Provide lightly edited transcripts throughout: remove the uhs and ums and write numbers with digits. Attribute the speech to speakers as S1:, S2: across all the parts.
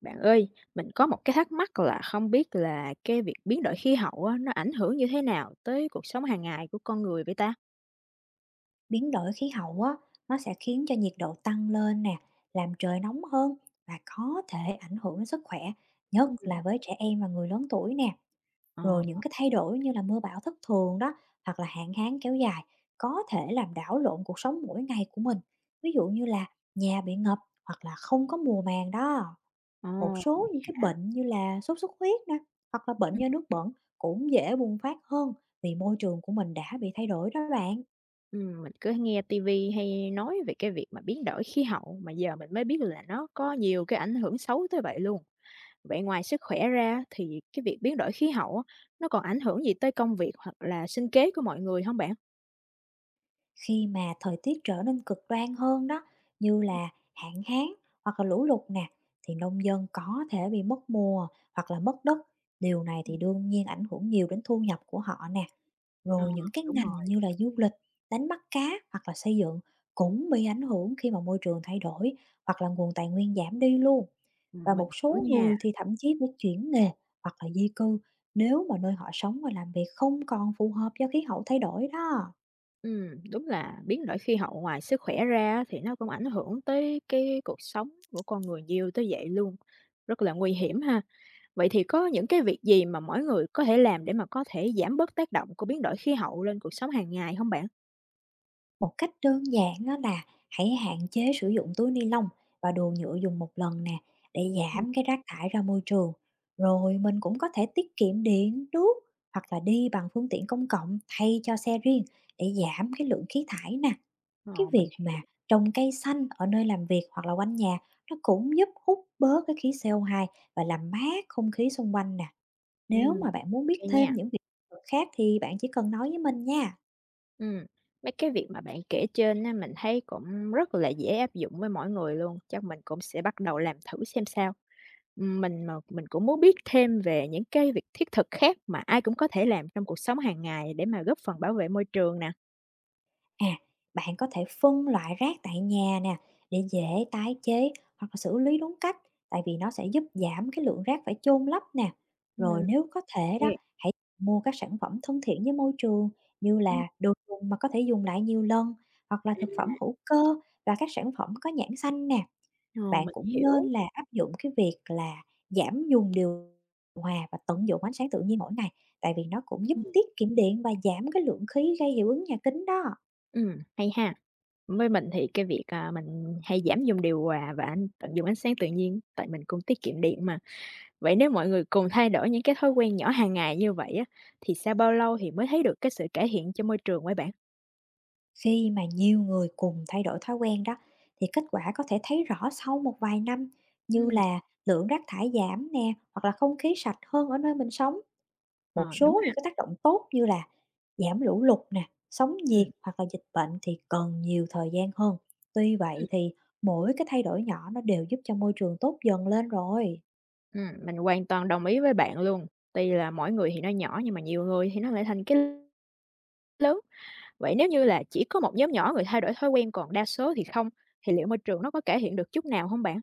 S1: Bạn ơi, mình có một cái thắc mắc là không biết là cái việc biến đổi khí hậu á, nó ảnh hưởng như thế nào tới cuộc sống hàng ngày của con người vậy ta?
S2: Biến đổi khí hậu á, nó sẽ khiến cho nhiệt độ tăng lên nè, làm trời nóng hơn và có thể ảnh hưởng đến sức khỏe, nhất
S1: Ừm,
S2: là với trẻ em và người lớn tuổi nè.
S1: ờ,
S2: Rồi những cái thay đổi như là mưa bão thất thường đó, hoặc là hạn hán kéo dài, có thể làm đảo lộn cuộc sống mỗi ngày của mình. Ví dụ như là nhà bị ngập hoặc là không có mùa màng đó.
S1: ờ,
S2: Một số những cái bệnh như là sốt xuất huyết nè, hoặc là bệnh
S1: ừm,
S2: do nước bẩn cũng dễ bùng phát hơn vì môi trường của mình đã bị thay đổi đó bạn.
S1: mình cứ nghe tivi hay nói về cái việc mà biến đổi khí hậu mà giờ mình mới biết là nó có nhiều cái ảnh hưởng xấu tới vậy luôn. Vậy ngoài sức khỏe ra thì cái việc biến đổi khí hậu á, nó còn ảnh hưởng gì tới công việc hoặc là sinh kế của mọi người không bạn?
S2: Khi mà thời tiết trở nên cực đoan hơn đó, như
S1: Ừm,
S2: là hạn hán hoặc là lũ lụt nè, thì nông dân có thể bị mất mùa hoặc là mất đất. Điều này
S1: ừm.
S2: thì đương nhiên ảnh hưởng nhiều đến thu nhập của họ nè.
S1: Ờ,
S2: Rồi những cái
S1: đúng
S2: ngành
S1: rồi,
S2: như là du lịch, đánh bắt cá hoặc là xây dựng cũng bị ảnh hưởng khi mà môi trường thay đổi hoặc là nguồn tài nguyên giảm đi luôn. Và
S1: mình
S2: một
S1: hiểu
S2: số
S1: nha.
S2: người thì thậm chí phải chuyển nghề hoặc là di cư nếu mà nơi họ sống và làm việc không còn phù hợp do khí hậu thay đổi đó.
S1: Ừ, đúng là biến đổi khí hậu ngoài sức khỏe ra thì nó cũng ảnh hưởng tới cái cuộc sống của con người nhiều tới vậy luôn, rất là nguy hiểm ha. Vậy thì có những cái việc gì mà mỗi người có thể làm để mà có thể giảm bớt tác động của biến đổi khí hậu lên cuộc sống hàng ngày không bạn?
S2: Một cách đơn giản đó là hãy hạn chế sử dụng túi ni lông và đồ nhựa dùng một lần nè để
S1: Ừm.
S2: giảm cái rác thải ra môi trường. Rồi mình cũng có thể tiết kiệm điện, nước hoặc là đi bằng phương tiện công cộng thay cho xe riêng để giảm cái lượng khí thải nè. Cái
S1: Ờ, mình
S2: việc
S1: h
S2: mà trồng cây xanh ở nơi làm việc hoặc là quanh nhà nó cũng giúp hút bớt cái khí CO2 và làm mát không khí xung quanh nè. Nếu
S1: ừm,
S2: mà bạn muốn biết
S1: OK
S2: thêm
S1: nha.
S2: những việc khác thì bạn chỉ cần nói với mình nha.
S1: Ừ, mấy cái việc mà bạn kể trên á, mình thấy cũng rất là dễ áp dụng với mỗi người luôn, chắc mình cũng sẽ bắt đầu làm thử xem sao. Mình mà mình cũng muốn biết thêm về những cái việc thiết thực khác mà ai cũng có thể làm trong cuộc sống hàng ngày để mà góp phần bảo vệ môi trường nè.
S2: À, bạn có thể phân loại rác tại nhà nè để dễ tái chế hoặc là xử lý đúng cách tại vì nó sẽ giúp giảm cái lượng rác phải chôn lấp nè. Rồi
S1: Ừm,
S2: nếu có thể
S1: kê.
S2: đó, hãy mua các sản phẩm thân thiện với môi trường như
S1: Ừm,
S2: là đồ dùng mà có thể dùng lại nhiều lần hoặc là thực phẩm hữu cơ và các sản phẩm có nhãn xanh nè.
S1: ờ,
S2: Bạn
S1: mình
S2: cũng
S1: hiểu.
S2: nên là áp dụng cái việc là giảm dùng điều hòa và tận dụng ánh sáng tự nhiên mỗi ngày tại vì nó cũng giúp
S1: Ừm,
S2: tiết kiệm điện và giảm cái lượng khí gây hiệu ứng nhà kính đó.
S1: hay ha. Với mình thì cái việc, à, mình hay giảm dùng điều hòa và tận dụng ánh sáng tự nhiên, tại mình cũng tiết kiệm điện mà. Vậy nếu mọi người cùng thay đổi những cái thói quen nhỏ hàng ngày như vậy á, thì sau bao lâu thì mới thấy được cái sự cải thiện cho môi trường vậy bạn?
S2: Khi mà nhiều người cùng thay đổi thói quen đó thì kết quả có thể thấy rõ sau một vài năm
S1: Ừ.
S2: như là lượng rác thải giảm nè hoặc là không khí sạch hơn ở nơi mình sống.
S1: Ờ,
S2: Một
S1: đúng
S2: số
S1: ha.
S2: những cái tác động tốt như là giảm lũ lụt nè, sóng
S1: Ừ.
S2: nhiệt hoặc là dịch bệnh thì cần nhiều thời gian hơn. Tuy vậy thì mỗi cái thay đổi nhỏ nó đều giúp cho môi trường tốt dần lên rồi.
S1: Mình hoàn toàn đồng ý với bạn luôn. Tuy là mỗi người thì nó nhỏ nhưng mà nhiều người thì nó lại thành cái lớn. Vậy nếu như là chỉ có một nhóm nhỏ người thay đổi thói quen còn đa số thì không, thì liệu môi trường nó có cải thiện được chút nào không bạn?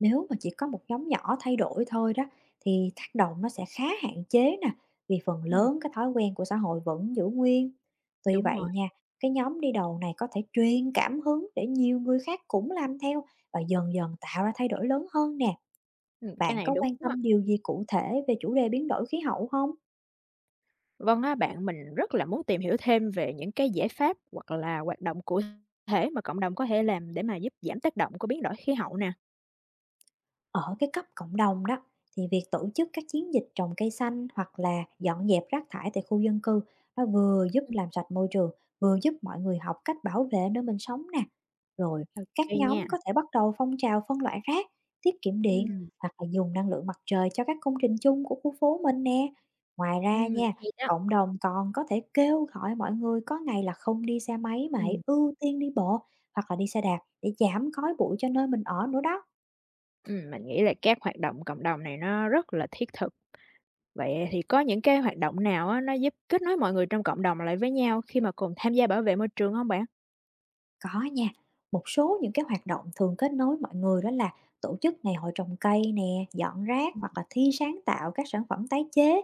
S2: Nếu mà chỉ có một nhóm nhỏ thay đổi thôi đó thì tác động nó sẽ khá hạn chế nè, vì phần
S1: Ừm,
S2: lớn cái thói quen của xã hội vẫn giữ nguyên. Tuy
S1: đúng
S2: vậy
S1: rồi,
S2: nha, cái nhóm đi đầu này có thể truyền cảm hứng để nhiều người khác cũng làm theo và dần dần tạo ra thay đổi lớn hơn nè.
S1: cái
S2: Bạn
S1: này
S2: có
S1: đúng
S2: quan
S1: á.
S2: tâm điều gì cụ thể về chủ đề biến đổi khí hậu không?
S1: Vâng á bạn, mình rất là muốn tìm hiểu thêm về những cái giải pháp hoặc là hoạt động cụ thể mà cộng đồng có thể làm để mà giúp giảm tác động của biến đổi khí hậu nè.
S2: Ở cái cấp cộng đồng đó thì việc tổ chức các chiến dịch trồng cây xanh hoặc là dọn dẹp rác thải tại khu dân cư nó vừa giúp
S1: Ừm,
S2: làm sạch môi trường, vừa giúp mọi người học cách bảo vệ nơi mình sống nè. Rồi
S1: ô
S2: các
S1: nha.
S2: nhóm có thể bắt đầu phong trào phân loại rác, tiết kiệm điện
S1: Ừm,
S2: hoặc là dùng năng lượng mặt trời cho các công trình chung của khu phố mình nè. Ngoài ra nha,
S1: hay đó.
S2: cộng đồng còn có thể kêu gọi mọi người có ngày là không đi xe máy mà hãy
S1: Ừm,
S2: ưu tiên đi bộ hoặc là đi xe đạp để giảm khói bụi cho nơi mình ở nữa đó.
S1: mình nghĩ là các hoạt động cộng đồng này nó rất là thiết thực. Vậy thì có những cái hoạt động nào á, nó giúp kết nối mọi người trong cộng đồng lại với nhau khi mà cùng tham gia bảo vệ môi trường không bạn?
S2: Có nha, một số những cái hoạt động thường kết nối mọi người đó là tổ chức ngày hội trồng cây nè, dọn rác hoặc là thi sáng tạo các sản phẩm tái chế.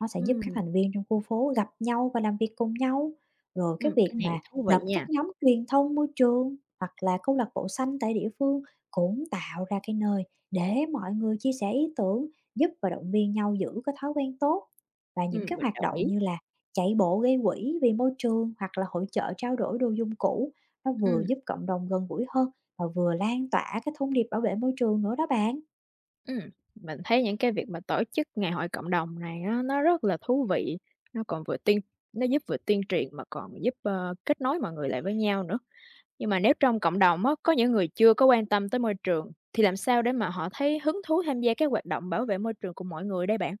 S2: Nó sẽ giúp các
S1: Ừm,
S2: thành viên trong khu phố gặp nhau và làm việc cùng nhau. Rồi cái việc
S1: cái này
S2: mà
S1: thú vị
S2: lập
S1: nha.
S2: các nhóm truyền thông môi trường hoặc là câu lạc bộ xanh tại địa phương cũng tạo ra cái nơi để mọi người chia sẻ ý tưởng, giúp và động viên nhau giữ cái thói quen tốt. Và những cái
S1: Mình
S2: hoạt
S1: đồng
S2: động
S1: ý.
S2: như là chạy bộ gây quỹ vì môi trường hoặc là hội chợ trao đổi đồ dùng cũ nó vừa
S1: Ừm,
S2: giúp cộng đồng gần gũi hơn và vừa lan tỏa cái thông điệp bảo vệ môi trường nữa đó bạn.
S1: ừm, mình thấy những cái việc mà tổ chức ngày hội cộng đồng này nó rất là thú vị, nó còn vừa tuyên nó giúp vừa tuyên truyền mà còn giúp, kết nối mọi người lại với nhau nữa. Nhưng mà nếu trong cộng đồng á, có những người chưa có quan tâm tới môi trường, thì làm sao để mà họ thấy hứng thú tham gia các hoạt động bảo vệ môi trường của mọi người đây bạn?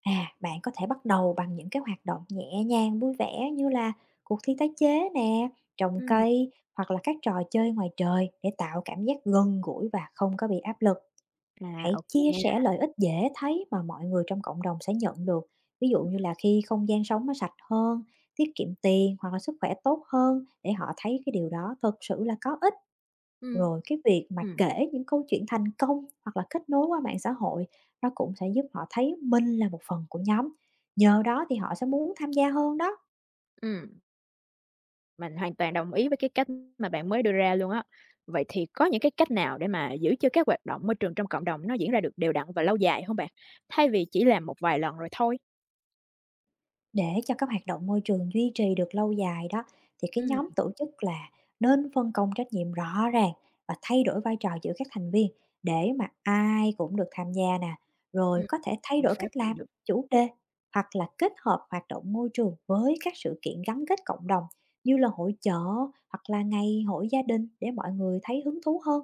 S2: À, bạn có thể bắt đầu bằng những cái hoạt động nhẹ nhàng vui vẻ như là cuộc thi tái chế nè, trồng
S1: Ừm,
S2: cây hoặc là các trò chơi ngoài trời để tạo cảm giác gần gũi và không có bị áp lực.
S1: à,
S2: Hãy
S1: OK
S2: chia sẻ
S1: nha.
S2: lợi ích dễ thấy mà mọi người trong cộng đồng sẽ nhận được. Ví dụ như là khi không gian sống nó sạch hơn, tiết kiệm tiền hoặc là sức khỏe tốt hơn để họ thấy cái điều đó thực sự là có ích. Rồi cái việc mà
S1: Ừm.
S2: kể những câu chuyện thành công hoặc là kết nối qua mạng xã hội nó cũng sẽ giúp họ thấy mình là một phần của nhóm. Nhờ đó thì họ sẽ muốn tham gia hơn đó.
S1: Ừm, mình hoàn toàn đồng ý với cái cách mà bạn mới đưa ra luôn á. Vậy thì có những cái cách nào để mà giữ cho các hoạt động môi trường trong cộng đồng nó diễn ra được đều đặn và lâu dài không bạn? Thay vì chỉ làm một vài lần rồi thôi.
S2: Để cho các hoạt động môi trường duy trì được lâu dài đó, thì cái
S1: Ừm,
S2: nhóm tổ chức là nên phân công trách nhiệm rõ ràng và thay đổi vai trò giữa các thành viên để mà ai cũng được tham gia nè, rồi
S1: ừm,
S2: có thể thay
S1: phương
S2: đổi
S1: pháp
S2: cách
S1: này
S2: làm,
S1: được.
S2: chủ đề hoặc là kết hợp hoạt động môi trường với các sự kiện gắn kết cộng đồng như là hội chợ hoặc là ngày hội gia đình để mọi người thấy hứng thú hơn.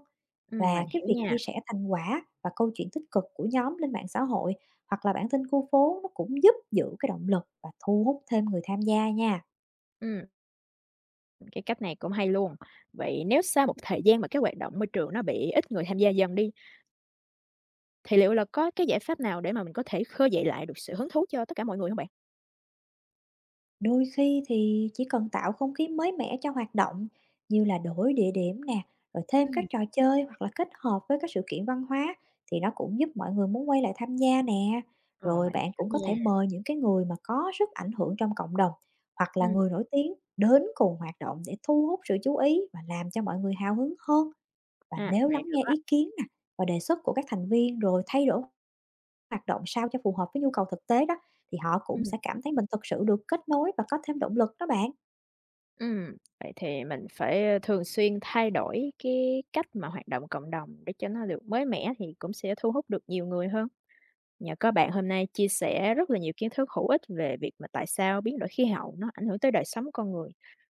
S2: Và
S1: Mình
S2: cái
S1: hiểu
S2: việc
S1: nha.
S2: chia sẻ thành quả và câu chuyện tích cực của nhóm lên mạng xã hội hoặc là bản tin khu phố nó cũng giúp giữ cái động lực và thu hút thêm người tham gia nha.
S1: Ừm, cái cách này cũng hay luôn. Vậy nếu sau một thời gian mà các hoạt động môi trường nó bị ít người tham gia dần đi, thì liệu là có cái giải pháp nào để mà mình có thể khơi dậy lại được sự hứng thú cho tất cả mọi người không bạn?
S2: Đôi khi thì chỉ cần tạo không khí mới mẻ cho hoạt động như là đổi địa điểm nè, rồi thêm các
S1: Ừm,
S2: trò chơi hoặc là kết hợp với các sự kiện văn hóa thì nó cũng giúp mọi người muốn quay lại tham gia nè.
S1: ờ,
S2: Rồi
S1: mình
S2: bạn
S1: hiểu
S2: cũng có
S1: nha.
S2: thể mời những cái người mà có sức ảnh hưởng trong cộng đồng hoặc là
S1: Ừm,
S2: người nổi tiếng đến cùng hoạt động để thu hút sự chú ý và làm cho mọi người hào hứng hơn. Và
S1: à,
S2: nếu
S1: này
S2: lắng
S1: được
S2: nghe
S1: á.
S2: ý kiến nè và đề xuất của các thành viên rồi thay đổi hoạt động sao cho phù hợp với nhu cầu thực tế đó, thì họ cũng
S1: Ừm.
S2: sẽ cảm thấy mình thực sự được kết nối và có thêm động lực đó bạn.
S1: Ừm, vậy thì mình phải, thường xuyên thay đổi cái cách mà hoạt động cộng đồng để cho nó được mới mẻ thì cũng sẽ thu hút được nhiều người hơn. Nhờ có bạn hôm nay chia sẻ rất là nhiều kiến thức hữu ích về việc mà tại sao biến đổi khí hậu nó ảnh hưởng tới đời sống con người,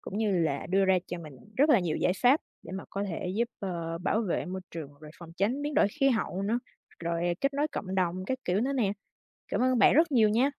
S1: cũng như là đưa ra cho mình rất là nhiều giải pháp để mà có thể giúp, bảo vệ môi trường, rồi phòng tránh biến đổi khí hậu nữa, rồi kết nối cộng đồng các kiểu nữa nè. Cảm ơn bạn rất nhiều nha.